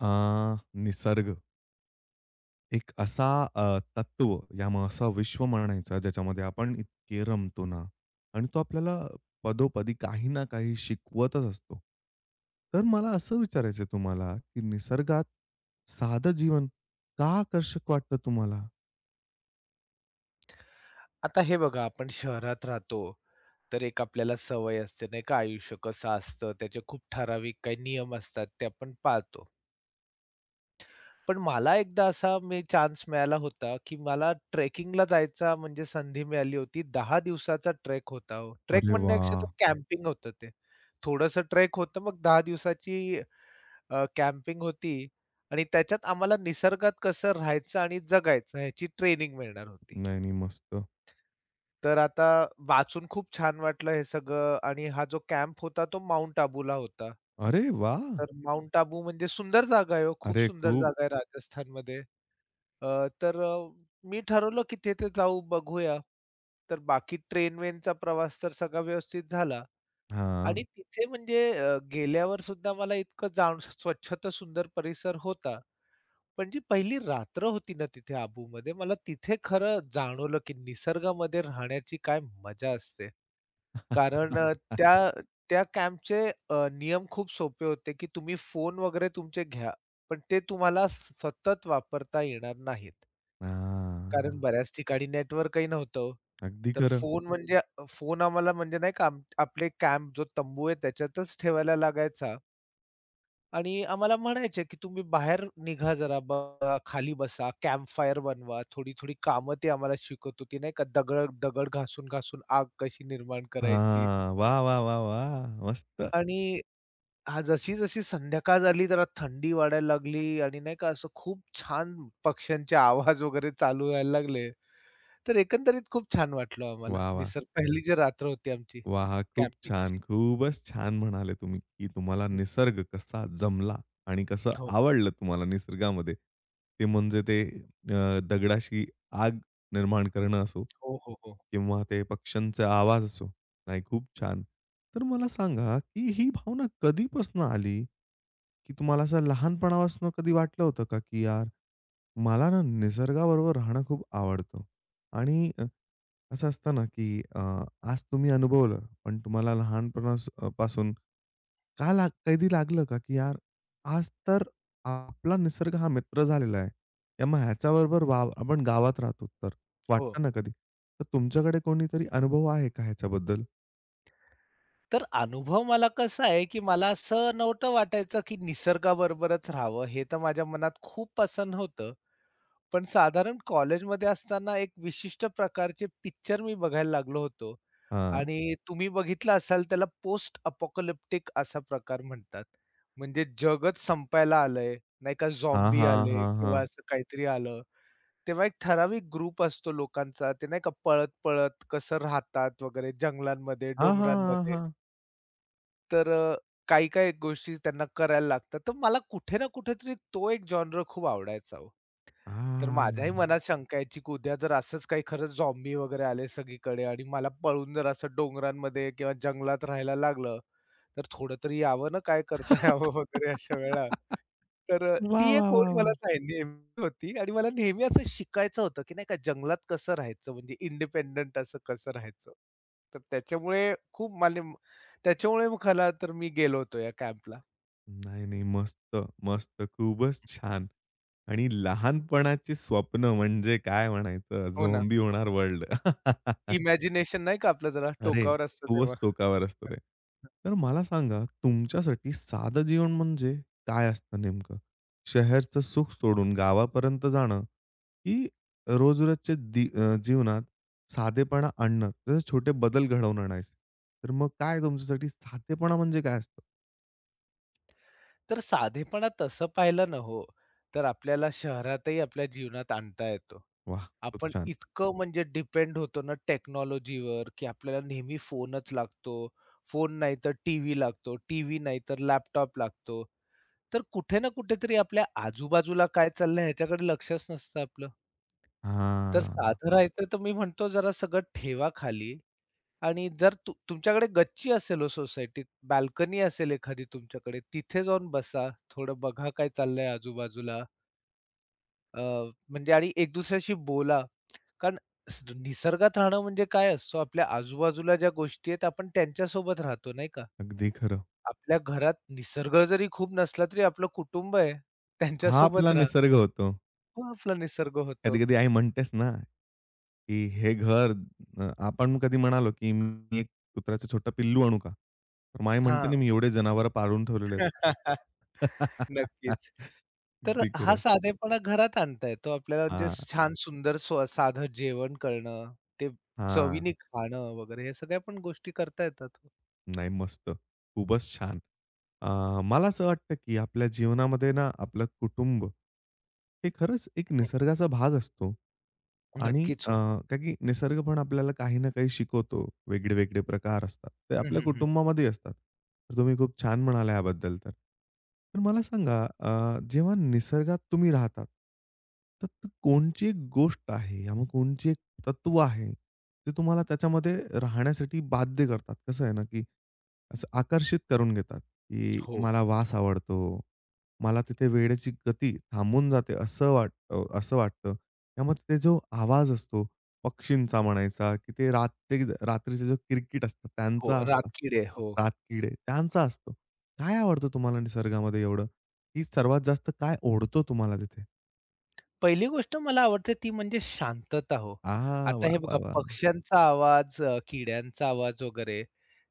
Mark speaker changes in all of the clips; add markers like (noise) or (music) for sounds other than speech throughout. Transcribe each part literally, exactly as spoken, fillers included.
Speaker 1: अ, निसर्ग एक असा अ, तत्व या मग असा विश्व म्हणायचा ज्याच्यामध्ये आपण इतके रमतो ना आणि तो आपल्याला पदोपदी काही ना काही शिकवतच असतो. तर मला असं विचारायचं आहे तुम्हाला, की निसर्गात साधं जीवन का आकर्षक वाटतं तुम्हाला?
Speaker 2: आता हे बघा, आपण शहरात राहतो, तर एक आपल्याला सवय असते नाही का, आयुष्य कसं असतं, त्याचे खूप ठराविक काही नियम असतात, ते आपण पाळतो. पण मला एकदा असा मी चान्स मिळाला होता, की मला ट्रेकिंगला जायचा म्हणजे संधी मिळाली होती. दहा दिवसाचा ट्रेक होता हो. ट्रेक
Speaker 1: अरे वा.
Speaker 2: म्हणण्यापेक्षा तो कॅम्पिंग होतं ते. थोडंसं ट्रेक होतं, मग दहा दिवसाची कॅम्पिंग होती आणि त्याच्यात आम्हाला निसर्गात कसं राहायचं आणि जगायचं ह्याची ट्रेनिंग मिळणार होती.
Speaker 1: नाही, नाही. मस्त.
Speaker 2: तर आता वाचून खूप छान वाटलं हे सगळं आणि हा जो कॅम्प होता तो माउंट आबूला होता.
Speaker 1: अरे वाह!
Speaker 2: तर माउंट आबू म्हणजे सुंदर जागा आहे हो, खूप
Speaker 1: अरे
Speaker 2: सुंदर
Speaker 1: खूप
Speaker 2: जागा आहे राजस्थानमध्ये. अ, तर अ, मी ठरवलं की तिथे जाऊ बघूया. तर बाकी ट्रेन-वेनचा प्रवास तर सगळा व्यवस्थित झाला
Speaker 1: हां,
Speaker 2: आणि तिथे म्हणजे अ, गेल्यावर सुद्धा मला इतकं जाण स्वच्छ तर सुंदर परिसर होता. पण जी पहिली रात्र होती ना तिथे आबूमध्ये, मला तिथे खरं जाणवलं की निसर्गामध्ये राहण्याची काय मजा असते. कारण अ, त्या त्या कॅम्पचे अ, नियम खूप सोपे होते, की तुम्ही फोन वगैरे तुमचे घ्या, पण ते तुम्हाला स सतत वापरता येणार नाहीत. कारण
Speaker 1: हां.
Speaker 2: बऱ्याच ठिकाणी नेटवर्कही नव्हतं हो.
Speaker 1: अगदी
Speaker 2: तर
Speaker 1: खरं.
Speaker 2: फोन म्हणजे अ, फोन आम्हाला म्हणजे नाही का आम आपले कॅम्प जो तंबू आहे त्याच्यातच ठेवायला लागायचा आणि आम्हाला म्हणायचे, की "तुम्ही बाहेर निघा जरा बघा, खाली बसा, कॅम्प फायर बनवा." थोडी-थोडी कामं ते आम्हाला शिकवत होती नाही का, दगड दगड घासून-घासून आग कशी निर्माण करायची
Speaker 1: हां. वाह, वाह, वाह, वाह! मस्त.
Speaker 2: आणि हां, जशी-जशी संध्याकाळ झाली जरा थंडी वाढायला लागली आणि नाही का असं खूप छान पक्ष्यांचे आवाज वगैरे चालू व्हायला लागले. तर एकंदरीत खूप छान वाटलं आम्हाला.
Speaker 1: वाह, वाह!
Speaker 2: निसर्ग पहिली जी रात्र होती आमची
Speaker 1: वाह! खूप
Speaker 2: कॅम्पिंगची.
Speaker 1: छान. खूपच छान म्हणाले तुम्ही, की तुम्हाला
Speaker 2: हं.
Speaker 1: निसर्ग कसा जमला आणि कसं
Speaker 2: हो.
Speaker 1: आवडलं तुम्हाला निसर्गामध्ये. ते म्हणजे ते अ, दगडाशी आग निर्माण करणं असो
Speaker 2: हो, हो, हो.
Speaker 1: किंवा ते पक्ष्यांचा आवाज असो. नाही, खूप छान. तर मला सांगा, की ही भावना कधीपासून आली? की तुम्हाला असं लहानपणापासून कधी वाटलं होतं का, की यार मला ना निसर्गाबरोबर राहणं खूप आवडतं आणि अ, असं असतं ना, की अ, आज तुम्ही अनुभवलं, पण तुम्हाला लहानपणास अ, पासून का लाग कधी लागलं का, की यार आज तर आपला निसर्ग हा मित्र झालेला आहे. या मग ह्याच्याबरोबर वाव आपण गावात राहतो तर,
Speaker 2: हो.
Speaker 1: वाटतं ना कधी. तर तुमच्याकडे कोणीतरी अनुभव आहे का ह्याच्याबद्दल?
Speaker 2: तर अनुभव मला कसा आहे, की मला असं नव्हतं वाटायचं, की निसर्गाबरोबरच राहावं हे तर माझ्या मनात खूप पसंत होतं. पण साधारण कॉलेजमध्ये असताना एक विशिष्ट प्रकारचे पिक्चर मी बघायला लागलो होतो.
Speaker 1: हां.
Speaker 2: आणि तुम्ही बघितलं असाल त्याला पोस्ट अपोकलिप्टिक असा प्रकार म्हणतात. म्हणजे जगच संपायला आलंय, नाही का
Speaker 1: हां,
Speaker 2: झॉम्बी
Speaker 1: हां,
Speaker 2: आले
Speaker 1: हां, हां.
Speaker 2: किंवा असं काहीतरी आलं. तेव्हा एक ठराविक ग्रुप असतो लोकांचा, ते नाही का पळत-पळत कसं राहतात वगैरे जंगलांमध्ये,
Speaker 1: हां, हां, हां,
Speaker 2: डोंगरांमध्ये.
Speaker 1: हां.
Speaker 2: तर अ, काही-काही गोष्टी त्यांना करायला लागतात. तर मला कुठे ना कुठेतरी तो एक जॉनर खूप आवडायचा हो. तर माझ्याही हं.
Speaker 1: हां.
Speaker 2: मनात शंका यायची, की उद्या जर असंच काही खरंच झॉम्बी वगैरे आले सगळीकडे आणि मला पळून जर असं डोंगरांमध्ये किंवा जंगलात राहायला लागलं, तर थोडं तरी यावं ना, काय करता यावं (laughs) वगैरे अशा वेळा. तर अ, ती
Speaker 1: वाह, वाह,
Speaker 2: एक ओढ
Speaker 1: वाह, वाह!
Speaker 2: मला नाही नेहमी होती आणि मला नेहमी असं शिकायचं होतं, की नाही का जंगलात कसं राहायचं म्हणजे इंडिपेंडंट असं कसं राहायचं. तर त्याच्यामुळे खूप मला त्याच्यामुळे मला तर मी गेलो होतो या कॅम्पला.
Speaker 1: नाही, नाही. मस्त, मस्त. खूपच छान. आणि लहानपणाची स्वप्न म्हणजे काय म्हणायचं,
Speaker 2: हो ना.
Speaker 1: झॉम्बी होणार वर्ल्ड. (laughs)
Speaker 2: इमॅजिनेशन नाही का आपलं जरा
Speaker 1: अरे,
Speaker 2: टोकावर असतं तेव्हा.
Speaker 1: खूपच टोकावर असतं ते. तर मला सांगा, तुमच्यासाठी साधं जीवन म्हणजे काय असतं नेमकं? शहरचं सुख सोडून गावापर्यंत जाणं, की रोज दि अ, जीवनात साधेपणा आणणं, तसेच छोटे बदल घडवून आणायचे. तर मग काय तुमच्यासाठी साधेपणा म्हणजे काय असतं?
Speaker 2: तर साधेपणा तसं पाहिलं ना हो, तर आपल्याला शहरातही आपल्या जीवनात आणता येतो.
Speaker 1: वाह! खूप
Speaker 2: आपण
Speaker 1: छान.
Speaker 2: इतकं म्हणजे डिपेंड होतो ना टेक्नॉलॉजीवर, की आपल्याला नेहमी फोनच लागतो. फोन नाही तर टीव्ही लागतो, टीव्ही नाही तर लॅपटॉप लागतो. तर कुठे ना कुठेतरी आपल्या आजूबाजूला काय चाललंय ह्याच्याकडे लक्षच नसतं आपलं. तर
Speaker 1: हां.
Speaker 2: साधं राहायचं तर मी म्हणतो जरा सगळं ठेवा खाली आणि जर तु तुमच्याकडे गच्ची असेल हो सोसायटीत, बाल्कनी असेल एखादी तुमच्याकडे, तिथे जाऊन बसा. थोडं बघा काय चाललंय आजूबाजूला. अ, म्हणजे आणि एक दुसऱ्याशी बोला. कारण स- निसर्गात राहणं म्हणजे काय असतो, आपल्या आजूबाजूला ज्या गोष्टी आहेत आपण त्यांच्यासोबत राहतो नाही का?
Speaker 1: अगदी खरं.
Speaker 2: आपल्या घरात निसर्ग जरी खूप नसला तरी आपलं कुटुंब आहे.
Speaker 1: हा
Speaker 2: त्यांच्यासोबत
Speaker 1: आपला
Speaker 2: राहा.
Speaker 1: निसर्ग होतो.
Speaker 2: तो आपला निसर्ग होतो.
Speaker 1: कधी-कधी आई म्हणतेच ना, की हे घर अ, आपण कधी म्हणालो, की "मी एक कुत्र्याचं छोटं पिल्लू आणू का?" तर आई म्हणते
Speaker 2: हां.
Speaker 1: ना, "मी एवढे जनावरं पाळून ठेवलेले आहेत."
Speaker 2: (laughs) नक्कीच.
Speaker 1: (laughs)
Speaker 2: तर
Speaker 1: अगदी
Speaker 2: हा
Speaker 1: खरं.
Speaker 2: साधेपणा घरात आणता येतो आपल्याला म्हणजे
Speaker 1: हां,
Speaker 2: छान सुंदर स्व साधं जेवण करणं, ते
Speaker 1: हां.
Speaker 2: चवीने खाणं वगैरे ह्या सगळ्या पण गोष्टी करता येतात.
Speaker 1: नाही, मस्त. खूपच छान. अ, मला असं वाटतं, की आपल्या जीवनामध्ये ना आपलं कुटुंब हे खरंच एक
Speaker 2: हं,
Speaker 1: निसर्गाचा भाग असतो आणि
Speaker 2: नक्कीच
Speaker 1: अ,
Speaker 2: हो.
Speaker 1: का की निसर्ग पण आपल्याला काही ना काही शिकवतो. वेगळे-वेगळे प्रकार असतात. ते
Speaker 2: हं,
Speaker 1: आपल्या
Speaker 2: हं, हं.
Speaker 1: कुटुंबामध्येही असतात. तर तुम्ही खूप छान म्हणाला याबद्दल तर. तर मला सांगा, अ, जेव्हा निसर्गात तुम्ही राहतात, तर त- कोणची एक गोष्ट आहे या मग कोणची एक तत्व आहे, ते तुम्हाला त्याच्यामध्ये राहण्यासाठी बाध्य करतात. कसं आहे ना, की असं आकर्षित करून घेतात, की
Speaker 2: हो,
Speaker 1: मला वास आवडतो. मला तिथे वेळेची गती थांबून जाते असं वाट अ, असं वाटतं. त्यामुळे तिथे जो आवाज असतो पक्षींचा म्हणायचा, की ते रात्री रात्रीचे जो किरकिट असतात
Speaker 2: हो.
Speaker 1: त्यांचा असतो.
Speaker 2: रातकिडे. हो.
Speaker 1: रातकिडे त्यांचा असतो. काय आवडतं तुम्हाला निसर्गामध्ये एवढं, की सर्वात जास्त काय ओढतो तुम्हाला तिथे?
Speaker 2: पहिली गोष्ट मला आवडते ती म्हणजे शांतता हो.
Speaker 1: आह!
Speaker 2: आता
Speaker 1: वाह,
Speaker 2: हे बघा
Speaker 1: वाह, वाह!
Speaker 2: पक्ष्यांचा आवाज, अ, किड्यांचा आवाज वगैरे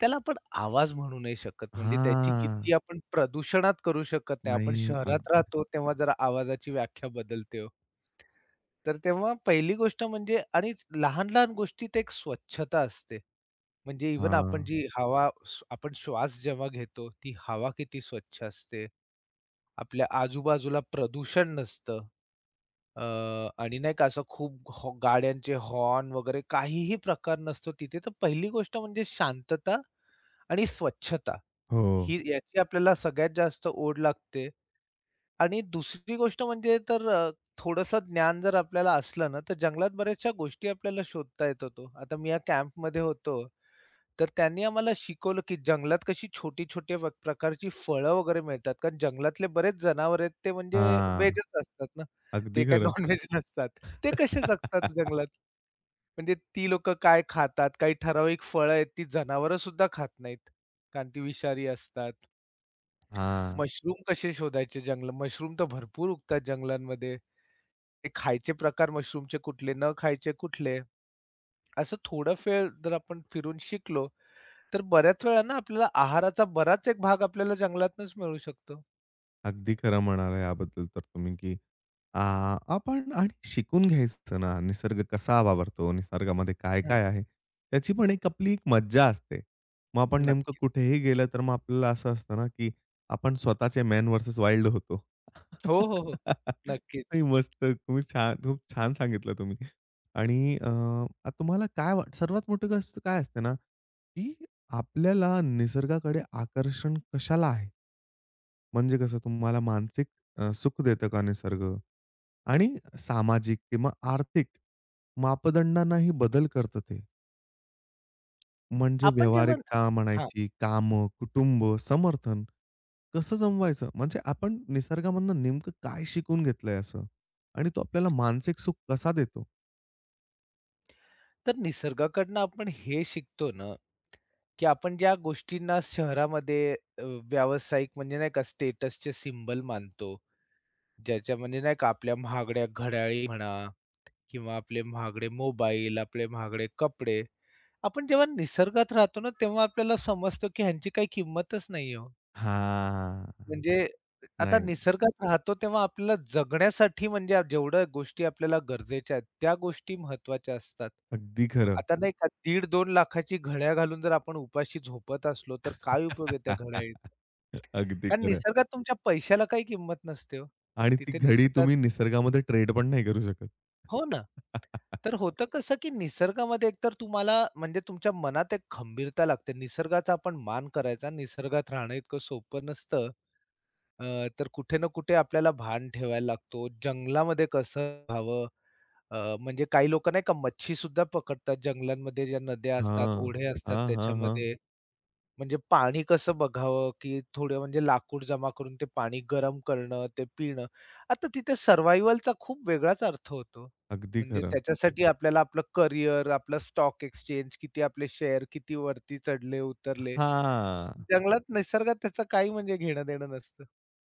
Speaker 2: त्याला आपण आवाज म्हणू नाही शकत. म्हणजे त्याची
Speaker 1: हां.
Speaker 2: किती आपण प्रदूषणात करू शकत नाही. आपण
Speaker 1: नाही. अग
Speaker 2: शहरात राहतो तेव्हा जरा आवाजाची व्याख्या बदलते हो. तर तेव्हा पहिली गोष्ट म्हणजे आणि लहान-लहान गोष्टीत एक स्वच्छता असते. म्हणजे इवन
Speaker 1: हां.
Speaker 2: आपण जी हवा स आपण श्वास जेव्हा घेतो, ती हवा किती स्वच्छ असते. आपल्या आजूबाजूला प्रदूषण नसतं. अ, आणि नाही का असं खूप हॉ गाड्यांचे हॉर्न वगैरे काहीही प्रकार नसतो तिथे. तर पहिली गोष्ट म्हणजे शांतता आणि स्वच्छता
Speaker 1: हो.
Speaker 2: ही याची आपल्याला सगळ्यात जास्त ओढ लागते. आणि दुसरी गोष्ट म्हणजे तर अ, थोडंसं ज्ञान जर आपल्याला असलं ना, तर जंगलात बऱ्याचशा गोष्टी आपल्याला शोधता येत होतो. आता मी या कॅम्पमध्ये होतो तर त्यांनी आम्हाला शिकवलं, की जंगलात कशी छोटी-छोटी व प्रकारची फळं वगैरे मिळतात. कारण जंगलातले बरेच जनावर आहेत ते म्हणजे
Speaker 1: हां.
Speaker 2: व्हेजच असतात ना. ते
Speaker 1: अगदी
Speaker 2: काही
Speaker 1: खरं.
Speaker 2: नॉन-व्हेज (laughs) नसतात. ते कसे जगतात जंगलात? म्हणजे ती लोकं काय खातात? काही ठराविक फळं आहेत ती जनावरं सुद्धा खात नाहीत. कारण ती विषारी असतात.
Speaker 1: हां.
Speaker 2: मशरूम कसे शोधायचे जंगल मशरूम तर भरपूर उगतात जंगलांमध्ये. ते खायचे प्रकार मशरूमचे कुठले, न खायचे कुठले. असं थोडं वेळ जर आपण फिरून शिकलो, तर बऱ्याच वेळा ना आपल्याला आहाराचा बराच एक भाग आपल्याला जंगलातनच मिळू शकतो.
Speaker 1: अगदी खरं म्हणाला याबद्दल तर तुम्ही, की आ, आपण आणि शिकून घ्यायचं ना, निसर्ग कसा वावरतो, निसर्गामध्ये
Speaker 2: हं,
Speaker 1: काय-काय आहे, त्याची पण एक आपली एक मज्जा असते. मग आपण नेमकं
Speaker 2: नक्कीच.
Speaker 1: कुठेही गेलं, तर मग आपल्याला असं असतं ना, की आपण स्वतःचे मॅन वर्सेस वाईल्ड होतो.
Speaker 2: हो, हो, हो.
Speaker 1: (laughs) नाही
Speaker 2: नक्कीच.
Speaker 1: मस्त. तुम्ही छान खूप छान सांगितलं तुम्ही. आणि अ, तुम्हाला काय वाट सर्वात मोठी गोष्ट काय असते ना, की आपल्याला निसर्गाकडे आकर्षण कशाला आहे? म्हणजे कसं तुम्हाला मानसिक अ, सुख देतं का निसर्ग? आणि सामाजिक किंवा आर्थिक मापदंडांनाही बदल करतं ते. म्हणजे
Speaker 2: आपण जेव्हा
Speaker 1: व्यावहारिकता
Speaker 2: हां,
Speaker 1: म्हणायची, कामं, कुटुंब, समर्थन कसं जमवायचं? म्हणजे आपण निसर्गामधनं नेमकं काय शिकून घेतलंय असं? आणि तो आपल्याला मानसिक सुख कसा देतो?
Speaker 2: तर निसर्गाकडनं आपण हे शिकतो ना, की आपण ज्या गोष्टींना शहरामध्ये अ, व्यावसायिक म्हणजे नाही का स्टेटसचे सिम्बल मानतो. ज्याच्या म्हणजे नाही का आपल्या महागड्या घड्याळी म्हणा किंवा आपले महागडे मोबाईल, आपले महागडे कपडे. आपण जेव्हा निसर्गात राहतो ना, तेव्हा आपल्याला समजतं की ह्यांची काही किंमतच नाही हो.
Speaker 1: हां.
Speaker 2: म्हणजे आता
Speaker 1: नाही,
Speaker 2: निसर्गात राहतो तेव्हा आपल्याला जगण्यासाठी म्हणजे जेवढ्या गोष्टी आपल्याला गरजेच्या आहेत, त्या गोष्टी महत्वाच्या असतात.
Speaker 1: अगदी खरं.
Speaker 2: आता नाही का दीड-दोन लाखाची घड्याळ घालून जर आपण उपाशी झोपत असलो, तर काय उपयोग आहे त्या
Speaker 1: (laughs)
Speaker 2: घड्याळीचा?
Speaker 1: अगदी
Speaker 2: कारण
Speaker 1: खरं.
Speaker 2: निसर्गात तुमच्या पैशाला काही किंमत नसते हो.
Speaker 1: आणि ती
Speaker 2: तिथे
Speaker 1: घडी
Speaker 2: निसर्गात
Speaker 1: तुम्ही निसर्गामध्ये ट्रेड पण नाही करू शकत.
Speaker 2: हो ना.
Speaker 1: (laughs)
Speaker 2: तर होतं कसं, की निसर्गामध्ये एकतर तुम्हाला म्हणजे तुमच्या मनात एक खंबीरता लागते. निसर्गाचा आपण मान करायचा, निसर्गात राहणं इतकं सोपं नसतं. अ, तर कुठे ना कुठे आपल्याला भान ठेवायला लागतो. जंगलामध्ये कसं राहावं? अ, म्हणजे काही लोक नाही का मच्छी सुद्धा पकडतात जंगलांमध्ये ज्या नद्या असतात,
Speaker 1: हां.
Speaker 2: ओढे असतात
Speaker 1: हां, हां, हां.
Speaker 2: त्याच्यामध्ये. म्हणजे पाणी कसं बघावं, की थोडं म्हणजे लाकूड जमा करून ते पाणी गरम करणं, ते पिणं. आता तिथे सर्व्हायव्हलचा खूप वेगळाच अर्थ होतो.
Speaker 1: अगदी
Speaker 2: म्हणजे
Speaker 1: खरं.
Speaker 2: त्याच्यासाठी आपल्याला आपलं करियर, आपलं स्टॉक एक्सचेंज, किती आपले शेअर किती वरती चढले, उतरले.
Speaker 1: हां.
Speaker 2: जंगलात निसर्गात त्याचं काही म्हणजे घेणं-देणं नसतं.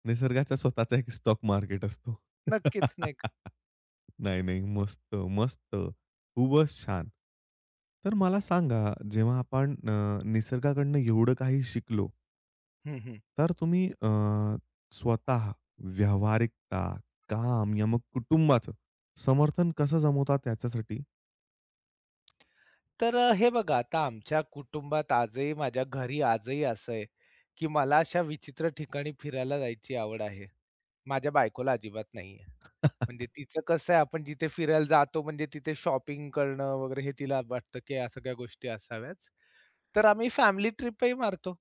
Speaker 1: निसर्गाचा स्वतःचा एक स्टॉक मार्केट असतो.
Speaker 2: नक्कीच, नाही
Speaker 1: (laughs)
Speaker 2: का?
Speaker 1: नाही, नाही. मस्त, मस्त. खूपच छान. तर मला सांगा, जेव्हा आपण अ, निसर्गाकडनं एवढं काही शिकलो,
Speaker 2: हं, हं.
Speaker 1: तर तुम्ही अ, स्वतः व्यावहारिकता, काम या मग कुटुंबाचं समर्थन कसं जमवता त्याच्यासाठी?
Speaker 2: तर अ, हे बघा आता आमच्या कुटुंबात आजही माझ्या घरी आजही असं आहे, की मला अशा विचित्र ठिकाणी फिरायला जायची आवड आहे. माझ्या बायकोला अजिबात नाहीये.
Speaker 1: (laughs)
Speaker 2: म्हणजे तिचं कसं आहे आपण जिथे फिरायला जातो म्हणजे तिथे शॉपिंग करणं वगैरे हे तिला वाटतं, की ह्या सगळ्या गोष्टी असाव्याच. तर आम्ही फॅमिली ट्रिपही मारतो.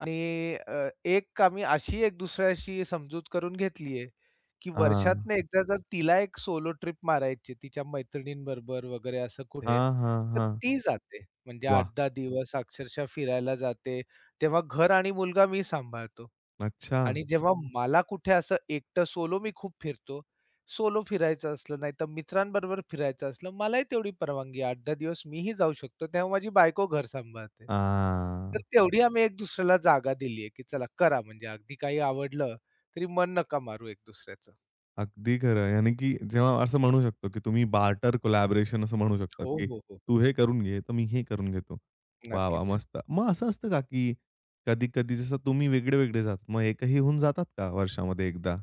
Speaker 2: आणि अ, एक आम्ही अशी एक दुसऱ्याशी समजूत करून घेतलीये, की
Speaker 1: हां.
Speaker 2: वर्षातनं एकदा जर तिला एक सोलो ट्रिप मारायची तिच्या मैत्रिणींबरोबर वगैरे असं कुठे,
Speaker 1: हां, हां,
Speaker 2: तर
Speaker 1: हां.
Speaker 2: ती जाते. म्हणजे
Speaker 1: वाह!
Speaker 2: आठ ते दहा दिवस अक्षरशः फिरायला जाते. तेव्हा घर आणि मुलगा मी सांभाळतो
Speaker 1: अच्छा.
Speaker 2: आणि जेव्हा मला कुठे असं एकटं सोलो मी खूप फिरतो. सोलो फिरायचं असलं, नाहीतर मित्रांबरोबर फिरायचं असलं, मलाही तेवढी परवानगी आहे. आठ ते दहा दिवस मीही जाऊ शकतो. तेव्हा माझी बायको घर सांभाळते.
Speaker 1: आ.
Speaker 2: तर तेवढी आम्ही एक दुसऱ्याला जागा दिली आहे, की चला करा म्हणजे अगदी काही आवडलं तरी मन नका मारू एक दुसऱ्याचं.
Speaker 1: अगदी खरं आहे. यानी की जेव्हा असं म्हणू शकतो, की तुम्ही बार्टर कोलॅबोरेशन असं म्हणू शकतात,
Speaker 2: हो,
Speaker 1: की
Speaker 2: हो, हो.
Speaker 1: तू हे करून घे, तर मी हे करून घेतो. वाह, वाह!
Speaker 2: नक्कीच.
Speaker 1: मस्त. मग असं असतं का, की कधी-कधी जसं तुम्ही वेगळे-वेगळे जातात, मग एकही होऊन जातात का वर्षामध्ये एकदा?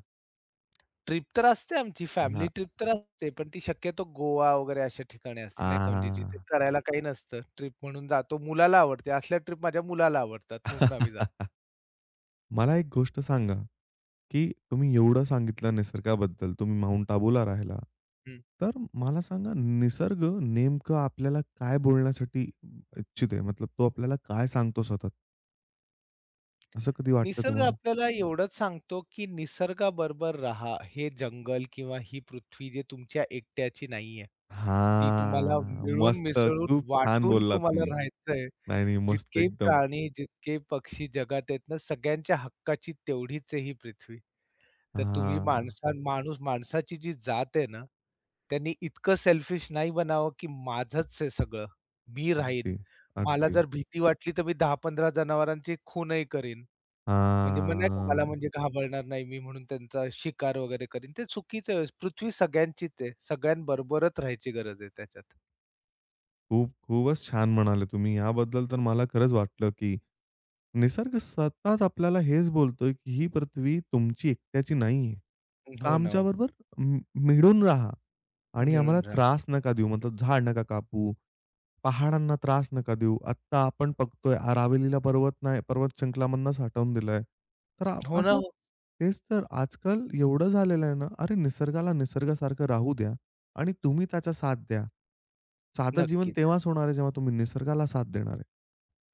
Speaker 2: ट्रिप तर असते आमची फॅमिली ट्रिप
Speaker 1: हां.
Speaker 2: तर असते, पण ती शक्यतो गोवा वगैरे अशा ठिकाणी असते नाही का, म्हणजे जिथे
Speaker 1: आ.
Speaker 2: करायला काही नसतं. ट्रिप म्हणून जातो. मुलाला आवडते. असल्या ट्रिप माझ्या मुलाला आवडतात म्हणून आम्ही जातो.
Speaker 1: (laughs) मला एक गोष्ट सांगा, की तुम्ही एवढं सांगितलं निसर्गाबद्दल, तुम्ही माउंट आबूला राहिला.
Speaker 2: हं.
Speaker 1: तर मला सांगा, निसर्ग नेमकं आपल्याला काय बोलण्यासाठी इच्छित आहे? मतलब तो आपल्याला काय सांगतो सतत? असं कधी वाटतं
Speaker 2: निसर्ग
Speaker 1: तुम्हाला?
Speaker 2: आपल्याला एवढंच सांगतो, की निसर्गाबरोबर राहा. हे जंगल किंवा ही पृथ्वी जे तुमच्या एकट्याची नाहीये. ती तुम्हाला
Speaker 1: हां,
Speaker 2: मिळून
Speaker 1: मस्त.
Speaker 2: मिसळून
Speaker 1: खूप छान
Speaker 2: वाटून
Speaker 1: बोलला
Speaker 2: तुम्हाला
Speaker 1: तुम्ही.
Speaker 2: राहायचंय.
Speaker 1: नाही, नाही, मस्त
Speaker 2: जितके
Speaker 1: एकदम.
Speaker 2: प्राणी, जितके पक्षी जगात आहेत ना, सगळ्यांच्या हक्काची तेवढीच आहे ही पृथ्वी. तर तुम्ही
Speaker 1: हां,
Speaker 2: माणसा माणूस माणसाची जी जात आहे ना, त्यांनी इतकं सेल्फिश नाही बनावं, की माझंच आहे सगळं. मी राहीन.
Speaker 1: अगदी,
Speaker 2: मला
Speaker 1: अगदी.
Speaker 2: जर भीती वाटली, तर मी दहा ते पंधरा जनावरांची खूनही करीन. म्हणजे मग नाही का मला म्हणजे
Speaker 1: हां,
Speaker 2: घाबरणार नाही मी म्हणून त्यांचा शिकार वगैरे करीन. ते चुकीचं आहे. पृथ्वी सगळ्यांचीच आहे. सगळ्यांबरोबरच राहायची गरज आहे त्याच्यात.
Speaker 1: खूप खूपच छान म्हणाले तुम्ही. याबद्दल तर मला खरंच वाटलं, की निसर्ग सतत आपल्याला हेच बोलतोय, की ही पृथ्वी तुमची एकट्याची नाहीये. तर
Speaker 2: हो ना, हो.
Speaker 1: आमच्याबरोबर मि मिळून राहा आणि आम्हाला
Speaker 2: मिळून राहा.
Speaker 1: त्रास नका देऊ. मतलब झाड नका कापू. पहाडांना त्रास नका देऊ. आत्ता आपण बघतोय आ, रावेलीला पर्वत नाही पर्वत शृंखलामधनंच हटवून दिलंय. तर अ,
Speaker 2: हो ना,
Speaker 1: असं
Speaker 2: हो.
Speaker 1: तेच तर आजकाल एवढं झालेलं आहे ना, अरे निसर्गाला निसर्गासारखं राहू द्या आणि तुम्ही त्याचा साथ द्या. साधं जीवन
Speaker 2: नक्कीच.
Speaker 1: तेव्हाच होणार आहे जेव्हा तुम्ही निसर्गाला साथ देणार आहे.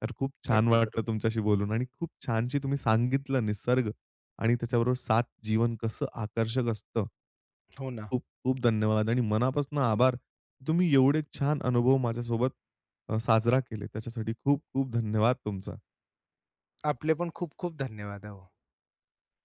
Speaker 1: तर खूप छान
Speaker 2: अगदी
Speaker 1: वाटलं
Speaker 2: बरोबर.
Speaker 1: तुमच्याशी बोलून आणि खूप छानशी तुम्ही सांगितलं निसर्ग आणि त्याच्याबरोबर साथ जीवन कसं आकर्षक असतं.
Speaker 2: हो ना.
Speaker 1: खूप-खूप धन्यवाद आणि मनापासून आभार. तुम्ही एवढे छान अनुभव माझ्यासोबत अ, साजरा केले. त्याच्यासाठी खूप-खूप धन्यवाद तुमचा.
Speaker 2: आपले पण खूप खूप धन्यवाद. हो.